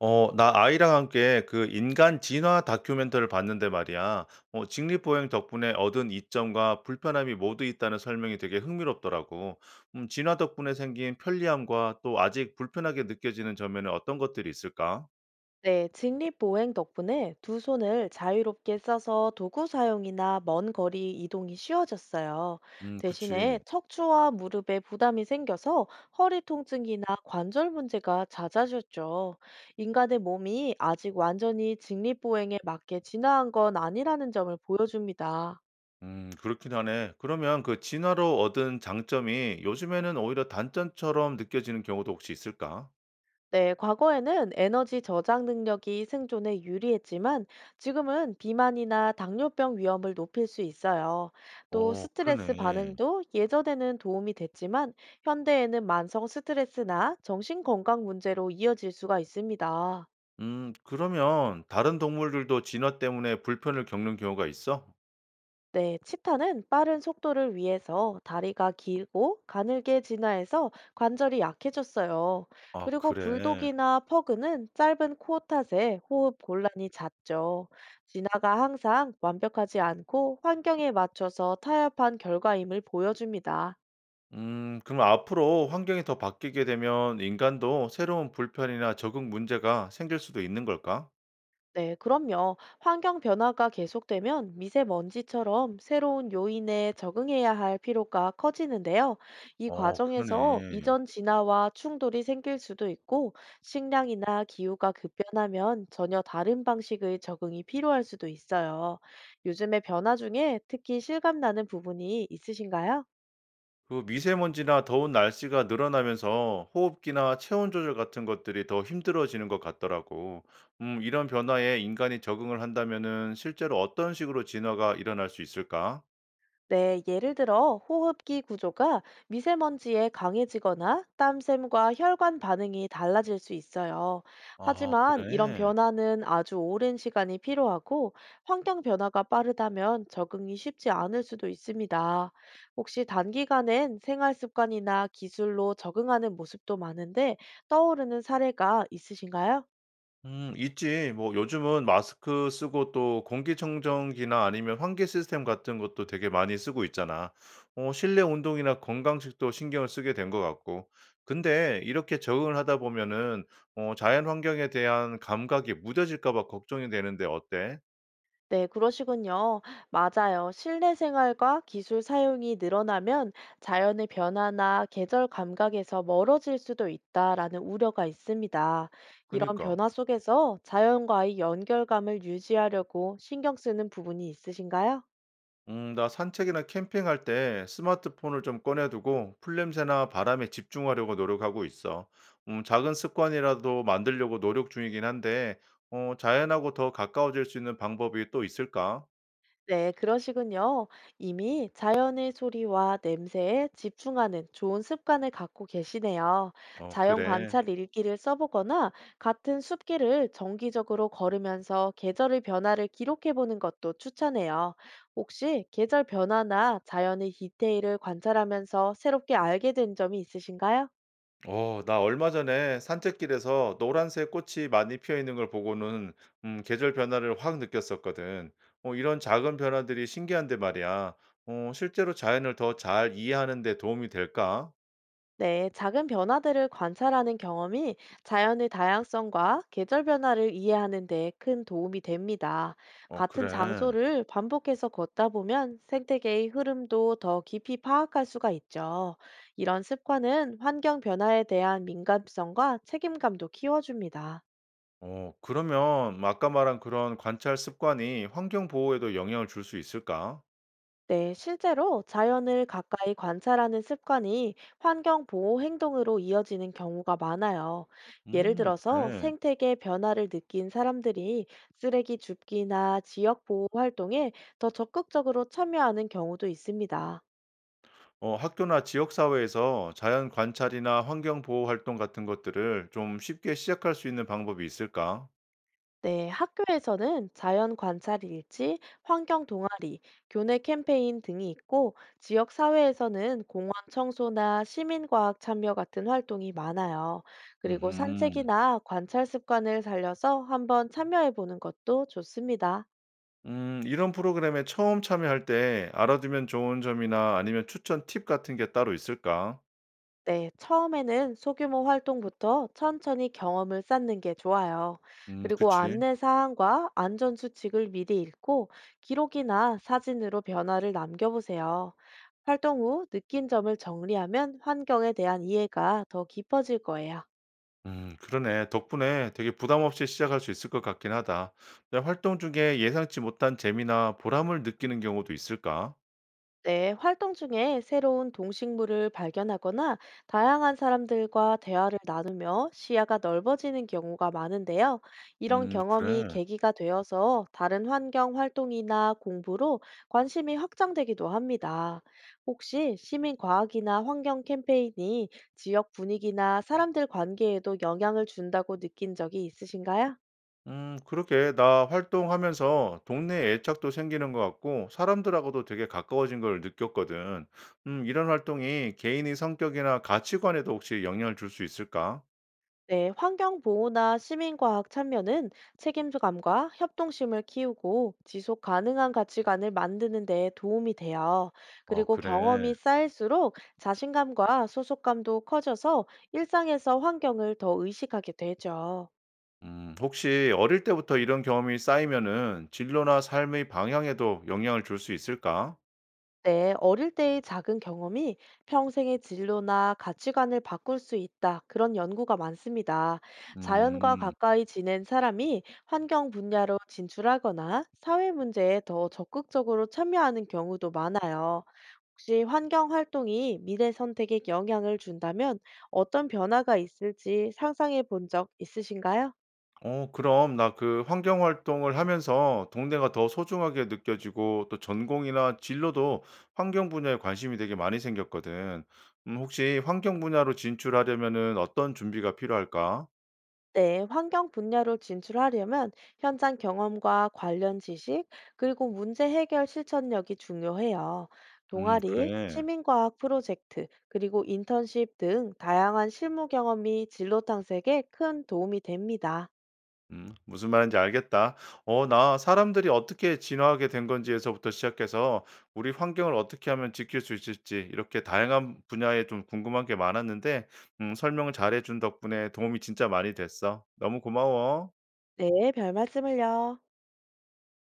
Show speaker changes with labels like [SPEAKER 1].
[SPEAKER 1] 나 아이랑 함께 그 인간 진화 다큐멘터를 봤는데 말이야. 직립보행 덕분에 얻은 이점과 불편함이 모두 있다는 설명이 되게 흥미롭더라고. 진화 덕분에 생긴 편리함과 또 아직 불편하게 느껴지는 점에는 어떤 것들이 있을까?
[SPEAKER 2] 네, 직립보행 덕분에 두 손을 자유롭게 써서 도구 사용이나 먼 거리 이동이 쉬워졌어요. 대신에
[SPEAKER 1] 그치.
[SPEAKER 2] 척추와 무릎에 부담이 생겨서 허리 통증이나 관절 문제가 잦아졌죠. 인간의 몸이 아직 완전히 직립보행에 맞게 진화한 건 아니라는 점을 보여줍니다.
[SPEAKER 1] 그렇긴 하네. 그러면 그 진화로 얻은 장점이 요즘에는 오히려 단점처럼 느껴지는 경우도 혹시 있을까?
[SPEAKER 2] 네, 과거에는 에너지 저장 능력이 생존에 유리했지만 지금은 비만이나 당뇨병 위험을 높일 수 있어요. 또
[SPEAKER 1] 어,
[SPEAKER 2] 스트레스
[SPEAKER 1] 그러네.
[SPEAKER 2] 반응도 예전에는 도움이 됐지만 현대에는 만성 스트레스나 정신 건강 문제로 이어질 수가 있습니다.
[SPEAKER 1] 그러면 다른 동물들도 진화 때문에 불편을 겪는 경우가 있어?
[SPEAKER 2] 네, 치타는 빠른 속도를 위해서 다리가 길고 가늘게 진화해서 관절이 약해졌어요.
[SPEAKER 1] 아
[SPEAKER 2] 그리고
[SPEAKER 1] 그래.
[SPEAKER 2] 불독이나 퍼그는 짧은 코 탓에 호흡 곤란이 잦죠. 진화가 항상 완벽하지 않고 환경에 맞춰서 타협한 결과임을 보여줍니다.
[SPEAKER 1] 그럼 앞으로 환경이 더 바뀌게 되면 인간도 새로운 불편이나 적응 문제가 생길 수도 있는 걸까?
[SPEAKER 2] 네, 그럼요. 환경 변화가 계속되면 미세먼지처럼 새로운 요인에 적응해야 할 필요가 커지는데요. 이
[SPEAKER 1] 어
[SPEAKER 2] 과정에서
[SPEAKER 1] 그러네.
[SPEAKER 2] 이전 진화와 충돌이 생길 수도 있고, 식량이나 기후가 급변하면 전혀 다른 방식의 적응이 필요할 수도 있어요. 요즘의 변화 중에 특히 실감나는 부분이 있으신가요?
[SPEAKER 1] 그 미세먼지나 더운 날씨가 늘어나면서 호흡기나 체온 조절 같은 것들이 더 힘들어지는 것 같더라고. 이런 변화에 인간이 적응을 한다면은 실제로 어떤 식으로 진화가 일어날 수 있을까?
[SPEAKER 2] 네, 예를 들어 호흡기 구조가 미세먼지에 강해지거나 땀샘과 혈관 반응이 달라질 수 있어요.
[SPEAKER 1] 아
[SPEAKER 2] 하지만 이런
[SPEAKER 1] 그래.
[SPEAKER 2] 변화는 아주 오랜 시간이 필요하고 환경 변화가 빠르다면 적응이 쉽지 않을 수도 있습니다. 혹시 단기간엔 생활 습관이나 기술로 적응하는 모습도 많은데 떠오르는 사례가 있으신가요?
[SPEAKER 1] 있지. 뭐 요즘은 마스크 쓰고 또 공기청정기나 아니면 환기 시스템 같은 것도 되게 많이 쓰고 있잖아. 실내 운동이나 건강식도 신경을 쓰게 된 것 같고. 근데 이렇게 적응을 하다 보면은 자연 환경에 대한 감각이 무뎌질까 봐 걱정이 되는데 어때?
[SPEAKER 2] 네, 그러시군요. 맞아요. 실내 생활과 기술 사용이 늘어나면 자연의 변화나 계절 감각에서 멀어질 수도 있다라는 우려가 있습니다. 이런
[SPEAKER 1] 그니까.
[SPEAKER 2] 변화 속에서 자연과의 연결감을 유지하려고 신경 쓰는 부분이 있으신가요?
[SPEAKER 1] 나 산책이나 캠핑할 때 스마트폰을 좀 꺼내두고 풀냄새나 바람에 집중하려고 노력하고 있어. 작은 습관이라도 만들려고 노력 중이긴 한데, 자연하고 더 가까워질 수 있는 방법이 또 있을까?
[SPEAKER 2] 네, 그러시군요. 이미 자연의 소리와 냄새에 집중하는 좋은 습관을 갖고 계시네요.
[SPEAKER 1] 어,
[SPEAKER 2] 자연
[SPEAKER 1] 그래.
[SPEAKER 2] 관찰 일기를 써보거나 같은 숲길을 정기적으로 걸으면서 계절의 변화를 기록해 보는 것도 추천해요. 혹시 계절 변화나 자연의 디테일을 관찰하면서 새롭게 알게 된 점이 있으신가요?
[SPEAKER 1] 나 얼마 전에 산책길에서 노란색 꽃이 많이 피어 있는 걸 보고는 계절 변화를 확 느꼈었거든. 이런 작은 변화들이 신기한데 말이야. 실제로 자연을 더 잘 이해하는 데 도움이 될까?
[SPEAKER 2] 네, 작은 변화들을 관찰하는 경험이 자연의 다양성과 계절 변화를 이해하는 데 큰 도움이 됩니다.
[SPEAKER 1] 어,
[SPEAKER 2] 같은
[SPEAKER 1] 그래.
[SPEAKER 2] 장소를 반복해서 걷다 보면 생태계의 흐름도 더 깊이 파악할 수가 있죠. 이런 습관은 환경 변화에 대한 민감성과 책임감도 키워줍니다.
[SPEAKER 1] 그러면 뭐 아까 말한 그런 관찰 습관이 환경 보호에도 영향을 줄 수 있을까?
[SPEAKER 2] 네, 실제로 자연을 가까이 관찰하는 습관이 환경 보호 행동으로 이어지는 경우가 많아요. 예를 들어서
[SPEAKER 1] 그래.
[SPEAKER 2] 생태계 변화를 느낀 사람들이 쓰레기 줍기나 지역 보호 활동에 더 적극적으로 참여하는 경우도 있습니다.
[SPEAKER 1] 학교나 지역사회에서 자연 관찰이나 환경 보호 활동 같은 것들을 좀 쉽게 시작할 수 있는 방법이 있을까?
[SPEAKER 2] 네, 학교에서는 자연 관찰 일지, 환경 동아리, 교내 캠페인 등이 있고, 지역 사회에서는 공원 청소나 시민과학 참여 같은 활동이 많아요. 그리고
[SPEAKER 1] 음,
[SPEAKER 2] 산책이나 관찰 습관을 살려서 한번 참여해 보는 것도 좋습니다.
[SPEAKER 1] 이런 프로그램에 처음 참여할 때 알아두면 좋은 점이나 아니면 추천 팁 같은 게 따로 있을까?
[SPEAKER 2] 네, 처음에는 소규모 활동부터 천천히 경험을 쌓는 게 좋아요. 그리고
[SPEAKER 1] 그치.
[SPEAKER 2] 안내 사항과 안전 수칙을 미리 읽고 기록이나 사진으로 변화를 남겨보세요. 활동 후 느낀 점을 정리하면 환경에 대한 이해가 더 깊어질 거예요.
[SPEAKER 1] 그러네. 덕분에 되게 부담 없이 시작할 수 있을 것 같긴 하다. 근데 활동 중에 예상치 못한 재미나 보람을 느끼는 경우도 있을까?
[SPEAKER 2] 네, 활동 중에 새로운 동식물을 발견하거나 다양한 사람들과 대화를 나누며 시야가 넓어지는 경우가 많은데요. 이런 경험이
[SPEAKER 1] 그래.
[SPEAKER 2] 계기가 되어서 다른 환경 활동이나 공부로 관심이 확장되기도 합니다. 혹시 시민 과학이나 환경 캠페인이 지역 분위기나 사람들 관계에도 영향을 준다고 느낀 적이 있으신가요?
[SPEAKER 1] 그렇게 나 활동하면서 동네 애착도 생기는 것 같고, 사람들하고도 되게 가까워진 걸 느꼈거든. 이런 활동이 개인의 성격이나 가치관에도 혹시 영향을 줄 수 있을까?
[SPEAKER 2] 네, 환경 보호나 시민과학 참여는 책임감과 협동심을 키우고 지속 가능한 가치관을 만드는 데 도움이 돼요.
[SPEAKER 1] 어,
[SPEAKER 2] 그리고
[SPEAKER 1] 그래.
[SPEAKER 2] 경험이 쌓일수록 자신감과 소속감도 커져서 일상에서 환경을 더 의식하게 되죠.
[SPEAKER 1] 혹시 어릴 때부터 이런 경험이 쌓이면은 진로나 삶의 방향에도 영향을 줄 수 있을까?
[SPEAKER 2] 네, 어릴 때의 작은 경험이 평생의 진로나 가치관을 바꿀 수 있다. 그런 연구가 많습니다. 자연과
[SPEAKER 1] 음.
[SPEAKER 2] 가까이 지낸 사람이 환경 분야로 진출하거나 사회 문제에 더 적극적으로 참여하는 경우도 많아요. 혹시 환경 활동이 미래 선택에 영향을 준다면 어떤 변화가 있을지 상상해 본 적 있으신가요?
[SPEAKER 1] 그럼 나 그 환경 활동을 하면서 동네가 더 소중하게 느껴지고 또 전공이나 진로도 환경 분야에 관심이 되게 많이 생겼거든. 혹시 환경 분야로 진출하려면은 어떤 준비가 필요할까?
[SPEAKER 2] 네, 환경 분야로 진출하려면 현장 경험과 관련 지식, 그리고 문제 해결 실천력이 중요해요. 동아리,
[SPEAKER 1] 그래.
[SPEAKER 2] 시민과학 프로젝트, 그리고 인턴십 등 다양한 실무 경험이 진로 탐색에 큰 도움이 됩니다.
[SPEAKER 1] 무슨 말인지 알겠다. 나 사람들이 어떻게 진화하게 된 건지에서부터 시작해서 우리 환경을 어떻게 하면 지킬 수 있을지 이렇게 다양한 분야에 좀 궁금한 게 많았는데 설명을 잘해 준 덕분에 도움이 진짜 많이 됐어. 너무 고마워.
[SPEAKER 2] 네, 별 말씀을요.